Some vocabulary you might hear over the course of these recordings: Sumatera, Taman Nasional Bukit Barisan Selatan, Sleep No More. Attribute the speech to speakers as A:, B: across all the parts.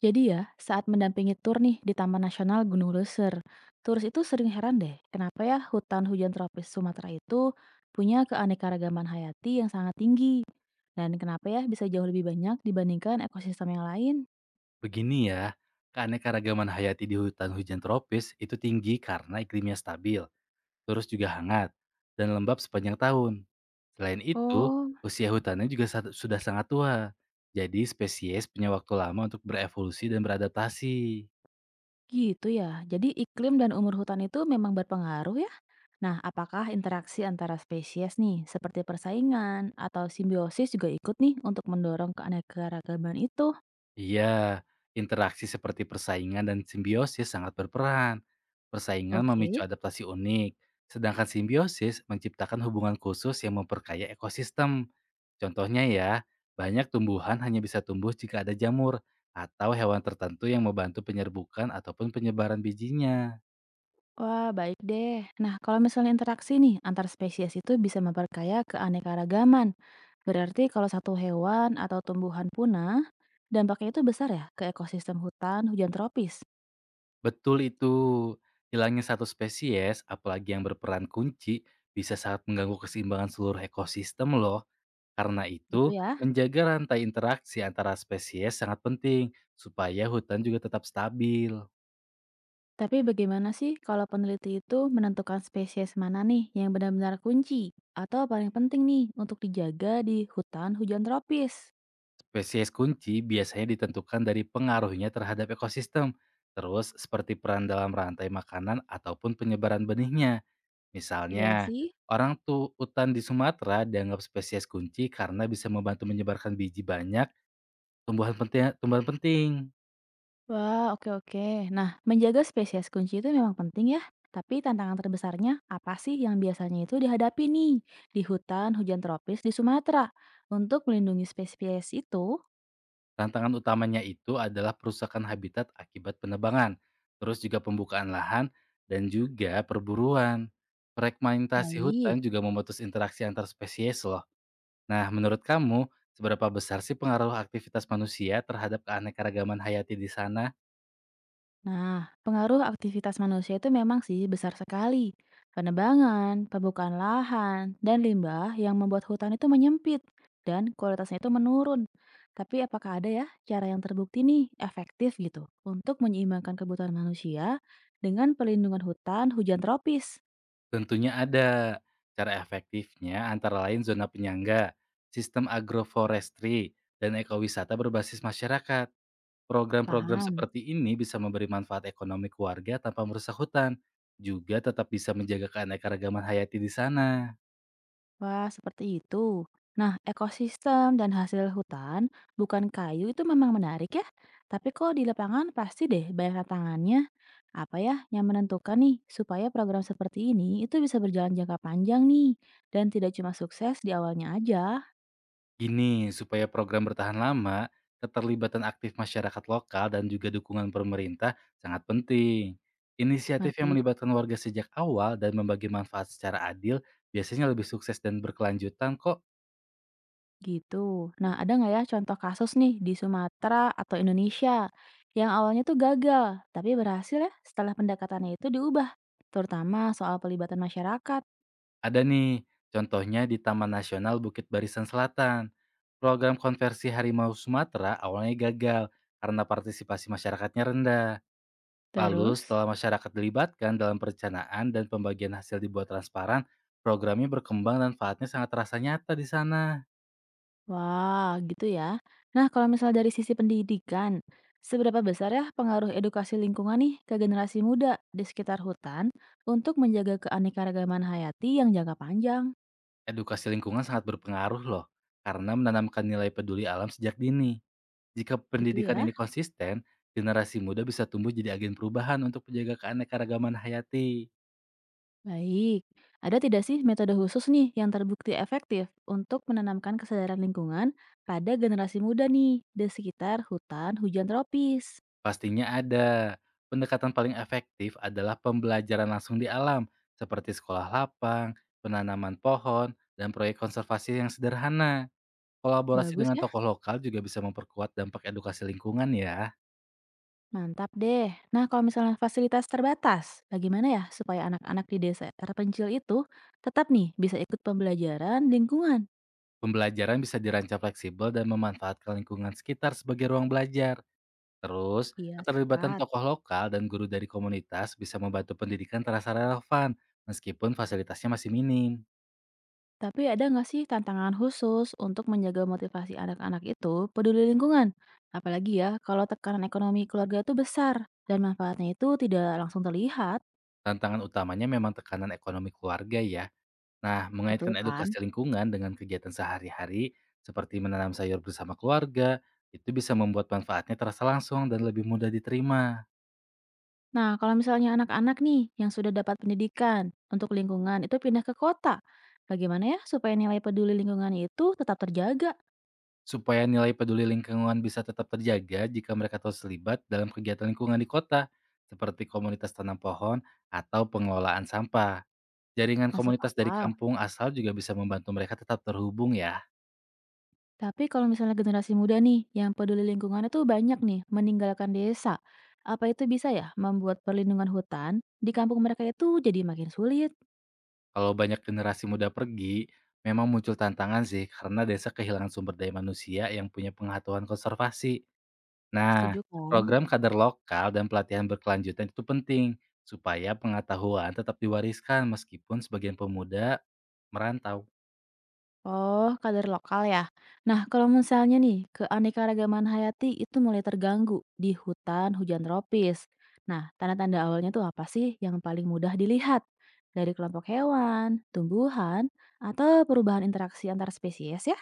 A: Jadi ya, saat mendampingi tur nih di Taman Nasional Gunung Leuser, turis itu sering heran deh, kenapa ya hutan hujan tropis Sumatera itu punya keanekaragaman hayati yang sangat tinggi, dan kenapa ya bisa jauh lebih banyak dibandingkan ekosistem yang lain?
B: Begini ya, keanekaragaman hayati di hutan hujan tropis itu tinggi karena iklimnya stabil, terus juga hangat, dan lembab sepanjang tahun. Selain itu,
A: Oh,
B: usia hutannya juga sudah sangat tua, jadi spesies punya waktu lama untuk berevolusi dan beradaptasi.
A: gitu ya. Jadi iklim dan umur hutan itu memang berpengaruh ya? Nah, apakah interaksi antara spesies nih, seperti persaingan atau simbiosis juga ikut nih untuk mendorong keanekaragaman itu?
B: Iya, interaksi seperti persaingan dan simbiosis sangat berperan. Persaingan memicu
A: Oke.
B: adaptasi unik, sedangkan simbiosis menciptakan hubungan khusus yang memperkaya ekosistem. Contohnya ya, banyak tumbuhan hanya bisa tumbuh jika ada jamur atau hewan tertentu yang membantu penyerbukan ataupun penyebaran bijinya.
A: Wah, baik deh. Nah, kalau misalnya interaksi nih antar spesies itu bisa memperkaya keanekaragaman. Berarti kalau satu hewan atau tumbuhan punah, dampaknya itu besar ya ke ekosistem hutan hujan tropis,
B: Betul itu. Hilangnya satu spesies, apalagi yang berperan kunci, bisa sangat mengganggu keseimbangan seluruh ekosistem loh. Karena
A: gitu
B: itu,
A: ya.
B: menjaga rantai interaksi antara spesies sangat penting supaya hutan juga tetap stabil.
A: Tapi bagaimana sih kalau peneliti itu menentukan spesies mana nih yang benar-benar kunci atau paling penting nih untuk dijaga di hutan hujan tropis?
B: Spesies kunci biasanya ditentukan dari pengaruhnya terhadap ekosistem, terus seperti peran dalam rantai makanan ataupun penyebaran benihnya.
A: Iya
B: Misalnya,
A: sih.
B: orang tuh hutan di Sumatera dianggap spesies kunci karena bisa membantu menyebarkan biji banyak tumbuhan penting. Tumbuhan penting.
A: Wah, oke oke. Nah, menjaga spesies kunci itu memang penting ya. Tapi tantangan terbesarnya apa sih yang biasanya itu dihadapi nih di hutan hujan tropis di Sumatera untuk melindungi spesies itu?
B: Tantangan utamanya itu adalah perusakan habitat akibat penebangan, terus juga pembukaan lahan dan juga perburuan. Fragmentasi hutan
A: Baik.
B: juga memutus interaksi antar spesies loh. Nah, menurut kamu, seberapa besar sih pengaruh aktivitas manusia terhadap keanekaragaman hayati di sana?
A: Nah, pengaruh aktivitas manusia itu memang sih besar sekali. Penebangan, pembukaan lahan, dan limbah yang membuat hutan itu menyempit dan kualitasnya itu menurun. Tapi apakah ada ya cara yang terbukti nih efektif gitu untuk menyeimbangkan kebutuhan manusia dengan pelindungan hutan hujan tropis?
B: Tentunya ada. Cara efektifnya antara lain zona penyangga, sistem agroforestry, dan ekowisata berbasis masyarakat. Program-program
A: Paham?
B: seperti ini bisa memberi manfaat ekonomi keluarga tanpa merusak hutan, juga tetap bisa menjaga keanekaragaman hayati di sana.
A: Wah, seperti itu. Nah, ekosistem dan hasil hutan bukan kayu itu memang menarik ya. Tapi kok di lapangan pasti deh banyak tantangannya. Apa ya yang menentukan nih supaya program seperti ini itu bisa berjalan jangka panjang nih dan tidak cuma sukses di awalnya aja.
B: Gini, supaya program bertahan lama, keterlibatan aktif masyarakat lokal dan juga dukungan pemerintah sangat penting. Inisiatif yang
A: Ngerti?
B: melibatkan warga sejak awal dan membagi manfaat secara adil biasanya lebih sukses dan berkelanjutan kok.
A: Gitu. Nah, ada nggak ya contoh kasus nih di Sumatera atau Indonesia yang awalnya tuh gagal, tapi berhasil ya setelah pendekatannya itu diubah, terutama soal pelibatan masyarakat.
B: Ada nih, contohnya di Taman Nasional Bukit Barisan Selatan. Program konversi harimau Sumatera awalnya gagal karena partisipasi masyarakatnya rendah. Lalu
A: Terus?
B: setelah masyarakat dilibatkan dalam perencanaan dan pembagian hasil dibuat transparan, programnya berkembang dan manfaatnya sangat terasa nyata di sana.
A: Wah, gitu ya. Nah, kalau misal dari sisi pendidikan, seberapa besar ya pengaruh edukasi lingkungan nih ke generasi muda di sekitar hutan untuk menjaga keanekaragaman hayati yang jangka panjang?
B: Edukasi lingkungan sangat berpengaruh loh, karena menanamkan nilai peduli alam sejak dini. Jika
A: Gitu
B: pendidikan
A: ya.
B: ini konsisten, generasi muda bisa tumbuh jadi agen perubahan untuk menjaga keanekaragaman hayati.
A: Baik. Ada tidak sih metode khusus nih yang terbukti efektif untuk menanamkan kesadaran lingkungan pada generasi muda nih di sekitar hutan hujan tropis?
B: Pastinya ada. Pendekatan paling efektif adalah pembelajaran langsung di alam, seperti sekolah lapang, penanaman pohon, dan proyek konservasi yang sederhana. Kolaborasi
A: Bagus.
B: dengan tokoh lokal juga bisa memperkuat dampak edukasi lingkungan ya.
A: Mantap deh. Nah, kalau misalnya fasilitas terbatas, bagaimana ya supaya anak-anak di desa terpencil itu tetap nih bisa ikut pembelajaran lingkungan?
B: Pembelajaran bisa dirancang fleksibel dan memanfaatkan lingkungan sekitar sebagai ruang belajar. Terus,
A: Iya,
B: keterlibatan
A: sepakat.
B: tokoh lokal dan guru dari komunitas bisa membantu pendidikan terasa relevan, meskipun fasilitasnya masih minim.
A: Tapi ada nggak sih tantangan khusus untuk menjaga motivasi anak-anak itu peduli lingkungan? Apalagi ya kalau tekanan ekonomi keluarga itu besar dan manfaatnya itu tidak langsung terlihat,
B: Tantangan utamanya memang tekanan ekonomi keluarga ya. Nah,
A: betul
B: mengaitkan
A: kan?
B: edukasi lingkungan dengan kegiatan sehari-hari, seperti menanam sayur bersama keluarga, itu bisa membuat manfaatnya terasa langsung dan lebih mudah diterima.
A: Nah, kalau misalnya anak-anak nih yang sudah dapat pendidikan untuk lingkungan itu pindah ke kota, bagaimana ya supaya nilai peduli lingkungan itu tetap terjaga?
B: Supaya nilai peduli lingkungan bisa tetap terjaga jika mereka terus terlibat dalam kegiatan lingkungan di kota, seperti komunitas tanam pohon atau pengelolaan sampah. Jaringan
A: Masuk
B: komunitas dari
A: akal.
B: kampung asal juga bisa membantu mereka tetap terhubung ya.
A: Tapi kalau misalnya generasi muda nih yang peduli lingkungan itu banyak nih meninggalkan desa, apa itu bisa ya membuat perlindungan hutan di kampung mereka itu jadi makin sulit?
B: Kalau banyak generasi muda pergi, memang muncul tantangan sih karena desa kehilangan sumber daya manusia yang punya pengetahuan konservasi. Nah,
A: Setuju kan?
B: program kader lokal dan pelatihan berkelanjutan itu penting supaya pengetahuan tetap diwariskan meskipun sebagian pemuda merantau.
A: Oh, kadar lokal ya. Nah, kalau misalnya nih, keanekaragaman hayati itu mulai terganggu di hutan hujan tropis. Nah, tanda-tanda awalnya tuh apa sih yang paling mudah dilihat? Dari kelompok hewan, tumbuhan, atau perubahan interaksi antar spesies ya?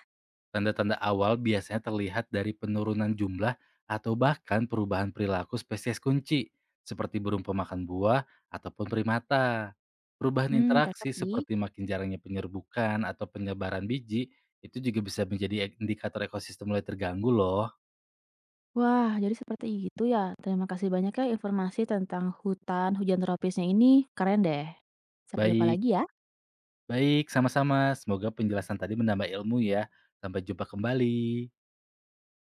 B: Tanda-tanda awal biasanya terlihat dari penurunan jumlah atau bahkan perubahan perilaku spesies kunci, seperti burung pemakan buah ataupun primata. Perubahan
A: Hmm, cocok
B: interaksi
A: sih.
B: seperti makin jarangnya penyerbukan atau penyebaran biji itu juga bisa menjadi indikator ekosistem mulai terganggu loh.
A: Wah, jadi seperti itu ya. Terima kasih banyak ya informasi tentang hutan hujan tropisnya ini. Keren deh. Sampai jumpa
B: Baik,
A: lagi ya.
B: baik, sama-sama. Semoga penjelasan tadi menambah ilmu ya. Sampai jumpa kembali.